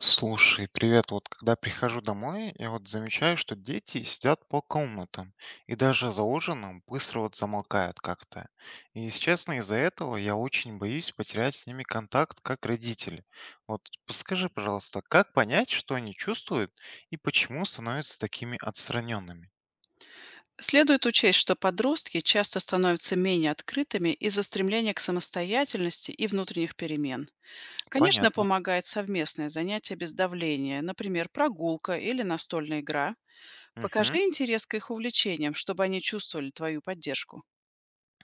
Слушай, привет. Вот когда прихожу домой, я вот замечаю, что дети сидят по комнатам и даже за ужином быстро вот замолкают как-то. И, если честно, из-за этого я очень боюсь потерять с ними контакт как родители. Вот подскажи, пожалуйста, как понять, что они чувствуют и почему становятся такими отстраненными? Следует учесть, что подростки часто становятся менее открытыми из-за стремления к самостоятельности и внутренних перемен. Конечно, Понятно. помогает совместное занятие без давления, например, прогулка или настольная игра. Мгм. Покажи интерес к их увлечениям, чтобы они чувствовали твою поддержку.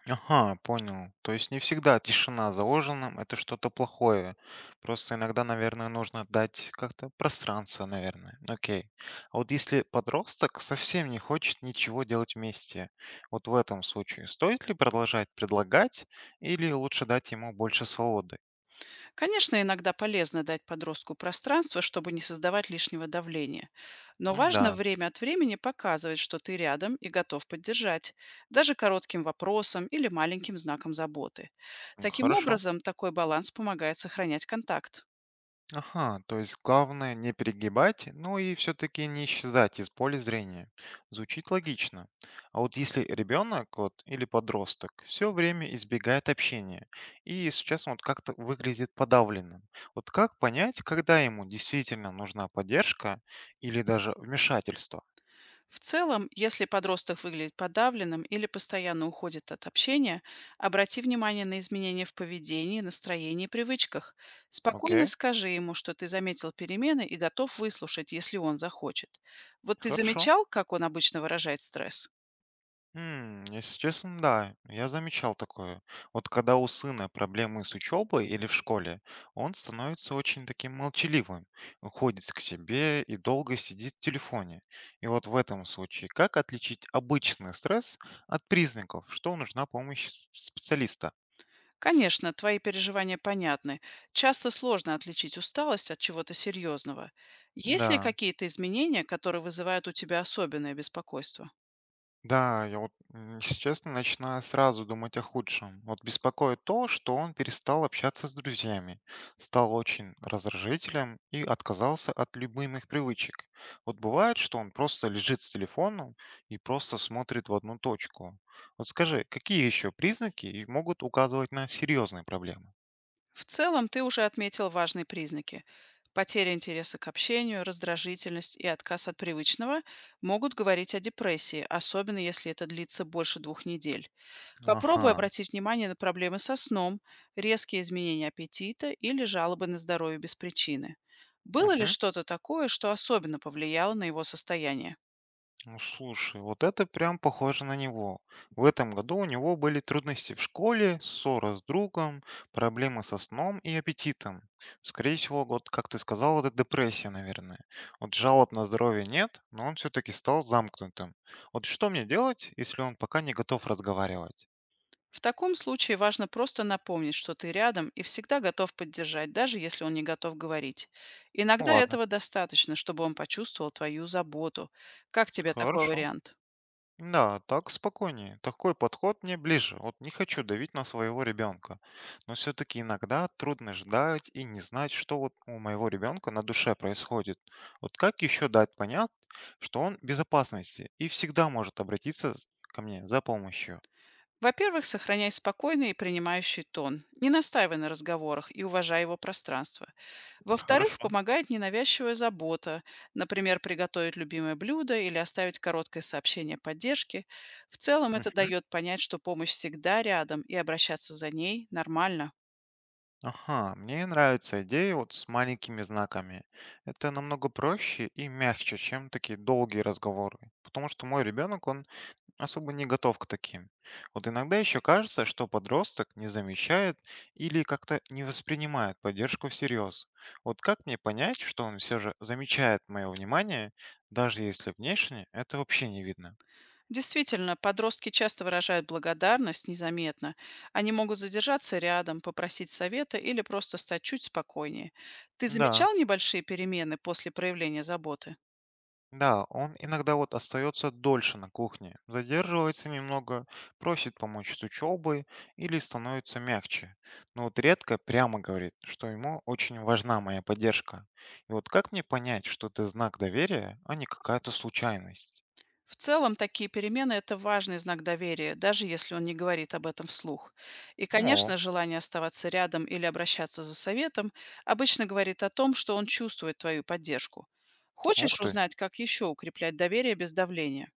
Ага, понял. То есть не всегда тишина заложена, это что-то плохое. Просто иногда, наверное, нужно дать как-то пространство, наверное. Окей. А вот если подросток совсем не хочет ничего делать вместе, вот в этом случае стоит ли продолжать предлагать или лучше дать ему больше свободы? Конечно, иногда полезно дать подростку пространство, чтобы не создавать лишнего давления. Но Ну важно да, время от времени показывать, что ты рядом и готов поддержать, даже коротким вопросом или маленьким знаком заботы. Таким хорошо. образом, такой баланс помогает сохранять контакт. Ага, то есть главное не перегибать, ну и все-таки не исчезать из поля зрения. Звучит логично. А вот если ребенок вот, или подросток все время избегает общения, и сейчас он вот как-то выглядит подавленным, вот как понять, когда ему действительно нужна поддержка или даже вмешательство? В целом, если подросток выглядит подавленным или постоянно уходит от общения, обрати внимание на изменения в поведении, настроении и привычках. Спокойно Окей, скажи ему, что ты заметил перемены и готов выслушать, если он захочет. Вот ты хорошо. замечал, как он обычно выражает стресс? Если честно, да, я замечал такое. Вот когда у сына проблемы с учебой или в школе, он становится очень таким молчаливым, уходит к себе и долго сидит в телефоне. И вот в этом случае, как отличить обычный стресс от признаков, что нужна помощь с- специалиста? Конечно, твои переживания понятны. Часто сложно отличить усталость от чего-то серьезного. Есть ли Да. какие-то изменения, которые вызывают у тебя особенное беспокойство? Да, я вот, если честно, начинаю сразу думать о худшем. Вот беспокоит то, что он перестал общаться с друзьями, стал очень раздражителем и отказался от любимых привычек. Вот бывает, что он просто лежит с телефоном и просто смотрит в одну точку. Вот скажи, какие еще признаки и могут указывать на серьезные проблемы? В целом, ты уже отметил важные признаки. Потеря интереса к общению, раздражительность и отказ от привычного могут говорить о депрессии, особенно если это длится больше 2 недель. Попробуй Ага. обратить внимание на проблемы со сном, резкие изменения аппетита или жалобы на здоровье без причины. Было ли Мгм. что-то такое, что особенно повлияло на его состояние? Ну, слушай, вот это прям похоже на него. В этом году у него были трудности в школе, ссора с другом, проблемы со сном и аппетитом. Скорее всего, вот как ты сказал, это депрессия, наверное. Вот жалоб на здоровье нет, но он все-таки стал замкнутым. Вот что мне делать, если он пока не готов разговаривать? В таком случае важно просто напомнить, что ты рядом и всегда готов поддержать, даже если он не готов говорить. Ну Иногда ладно, этого достаточно, чтобы он почувствовал твою заботу. Как тебе такой хорошо. вариант? Да, так спокойнее. Такой подход мне ближе. Вот не хочу давить на своего ребенка. Но все-таки иногда трудно ждать и не знать, что вот у моего ребенка на душе происходит. Вот как еще дать понять, что он в безопасности и всегда может обратиться с- ко мне за помощью? Во-первых, сохраняй спокойный и принимающий тон. Не настаивай на разговорах и уважай его пространство. Во-вторых, Хорошо. помогает ненавязчивая забота. Например, приготовить любимое блюдо или оставить короткое сообщение поддержки. В целом это Мгм. дает понять, что помощь всегда рядом и обращаться за ней нормально. Ага, мне нравится идея вот с маленькими знаками. Это намного проще и мягче, чем такие долгие разговоры. Потому что мой ребенок, он особо не готов к таким. Вот иногда еще кажется, что подросток не замечает или как-то не воспринимает поддержку всерьез. Вот как мне понять, что он все же замечает мое внимание, даже если внешне это вообще не видно? Действительно, подростки часто выражают благодарность незаметно. Они могут задержаться рядом, попросить совета или просто стать чуть спокойнее. Ты Да. замечал небольшие перемены после проявления заботы? Да, он иногда вот остается дольше на кухне, задерживается немного, просит помочь с учебой или становится мягче. Но вот редко прямо говорит, что ему очень важна моя поддержка. И вот как мне понять, что это знак доверия, а не какая-то случайность? В целом, такие перемены– это важный знак доверия, даже если он не говорит об этом вслух. И, О, конечно, желание оставаться рядом или обращаться за советом обычно говорит о том, что он чувствует твою поддержку. ух Хочешь ты. узнать, как еще укреплять доверие без давления?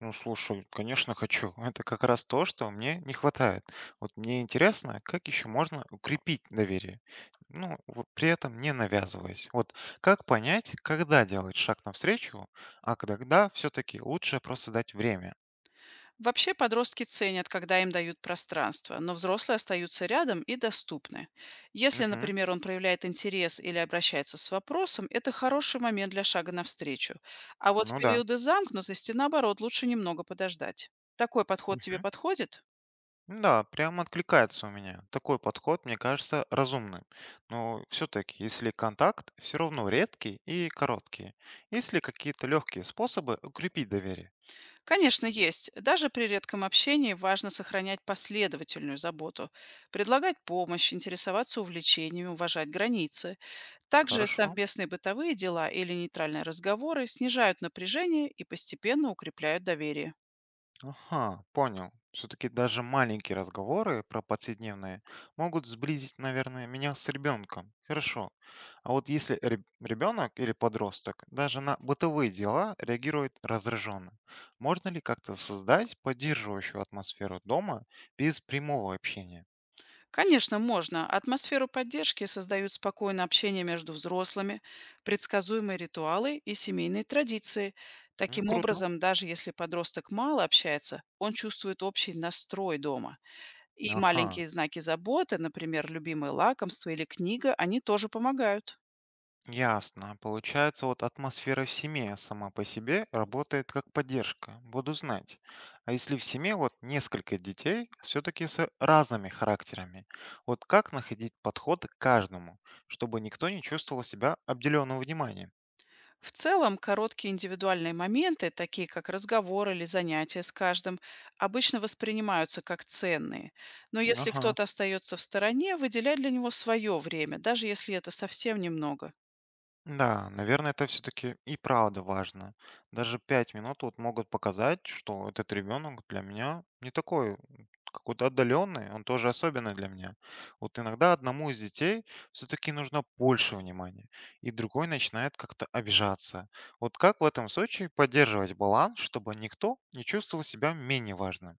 Ну, слушай, конечно, хочу. Это как раз то, что мне не хватает. Вот мне интересно, как еще можно укрепить доверие, ну, вот при этом не навязываясь. Вот как понять, когда делать шаг навстречу, а когда все-таки лучше просто дать время? Вообще подростки ценят, когда им дают пространство, но взрослые остаются рядом и доступны. Если, Мгм. например, он проявляет интерес или обращается с вопросом, это хороший момент для шага навстречу. А вот в Ну да. периоды замкнутости, наоборот, лучше немного подождать. Такой подход тебе подходит? Да, прям откликается у меня. Такой подход, мне кажется, разумным. Но все-таки, если контакт, все равно редкий и короткий. Есть ли какие-то легкие способы укрепить доверие? Конечно, есть. Даже при редком общении важно сохранять последовательную заботу, предлагать помощь, интересоваться увлечениями, уважать границы. Также Хорошо. совместные бытовые дела или нейтральные разговоры снижают напряжение и постепенно укрепляют доверие. Ага, понял. Все-таки даже маленькие разговоры про повседневные могут сблизить, наверное, меня с ребенком. Хорошо. А вот если ребенок или подросток даже на бытовые дела реагирует раздраженно, можно ли как-то создать поддерживающую атмосферу дома без прямого общения? Конечно, можно. Атмосферу поддержки создают спокойное общение между взрослыми, предсказуемые ритуалы и семейные традиции. Ну, Таким круто. образом, даже если подросток мало общается, он чувствует общий настрой дома. И Ага. маленькие знаки заботы, например, любимое лакомство или книга, они тоже помогают. Ясно. Получается, вот атмосфера в семье сама по себе работает как поддержка. Буду знать. А если в семье вот несколько детей, все-таки с разными характерами, вот как находить подход к каждому, чтобы никто не чувствовал себя обделенным вниманием? В целом, короткие индивидуальные моменты, такие как разговор или занятия с каждым, обычно воспринимаются как ценные. Но если Ага. кто-то остается в стороне, выделяй для него свое время, даже если это совсем немного. Да, наверное, это все-таки и правда важно. Даже 5 минут вот могут показать, что этот ребенок для меня не такой какой-то отдаленный, он тоже особенный для меня. Вот иногда одному из детей все-таки нужно больше внимания, и другой начинает как-то обижаться. Вот как в этом случае поддерживать баланс, чтобы никто не чувствовал себя менее важным?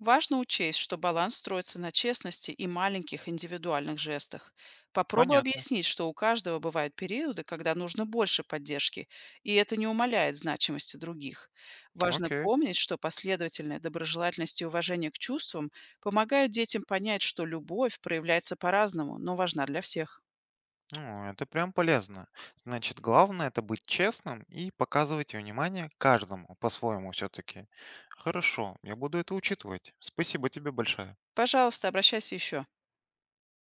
Важно учесть, что баланс строится на честности и маленьких индивидуальных жестах. Попробуй Понятно. объяснить, что у каждого бывают периоды, когда нужно больше поддержки, и это не умаляет значимости других. Важно Окей. помнить, что последовательная доброжелательность и уважение к чувствам помогают детям понять, что любовь проявляется по-разному, но важна для всех. Ну, это прям полезно. Значит, главное это быть честным и показывать внимание каждому по-своему все-таки. Хорошо, я буду это учитывать. Спасибо тебе большое. Пожалуйста, обращайся еще.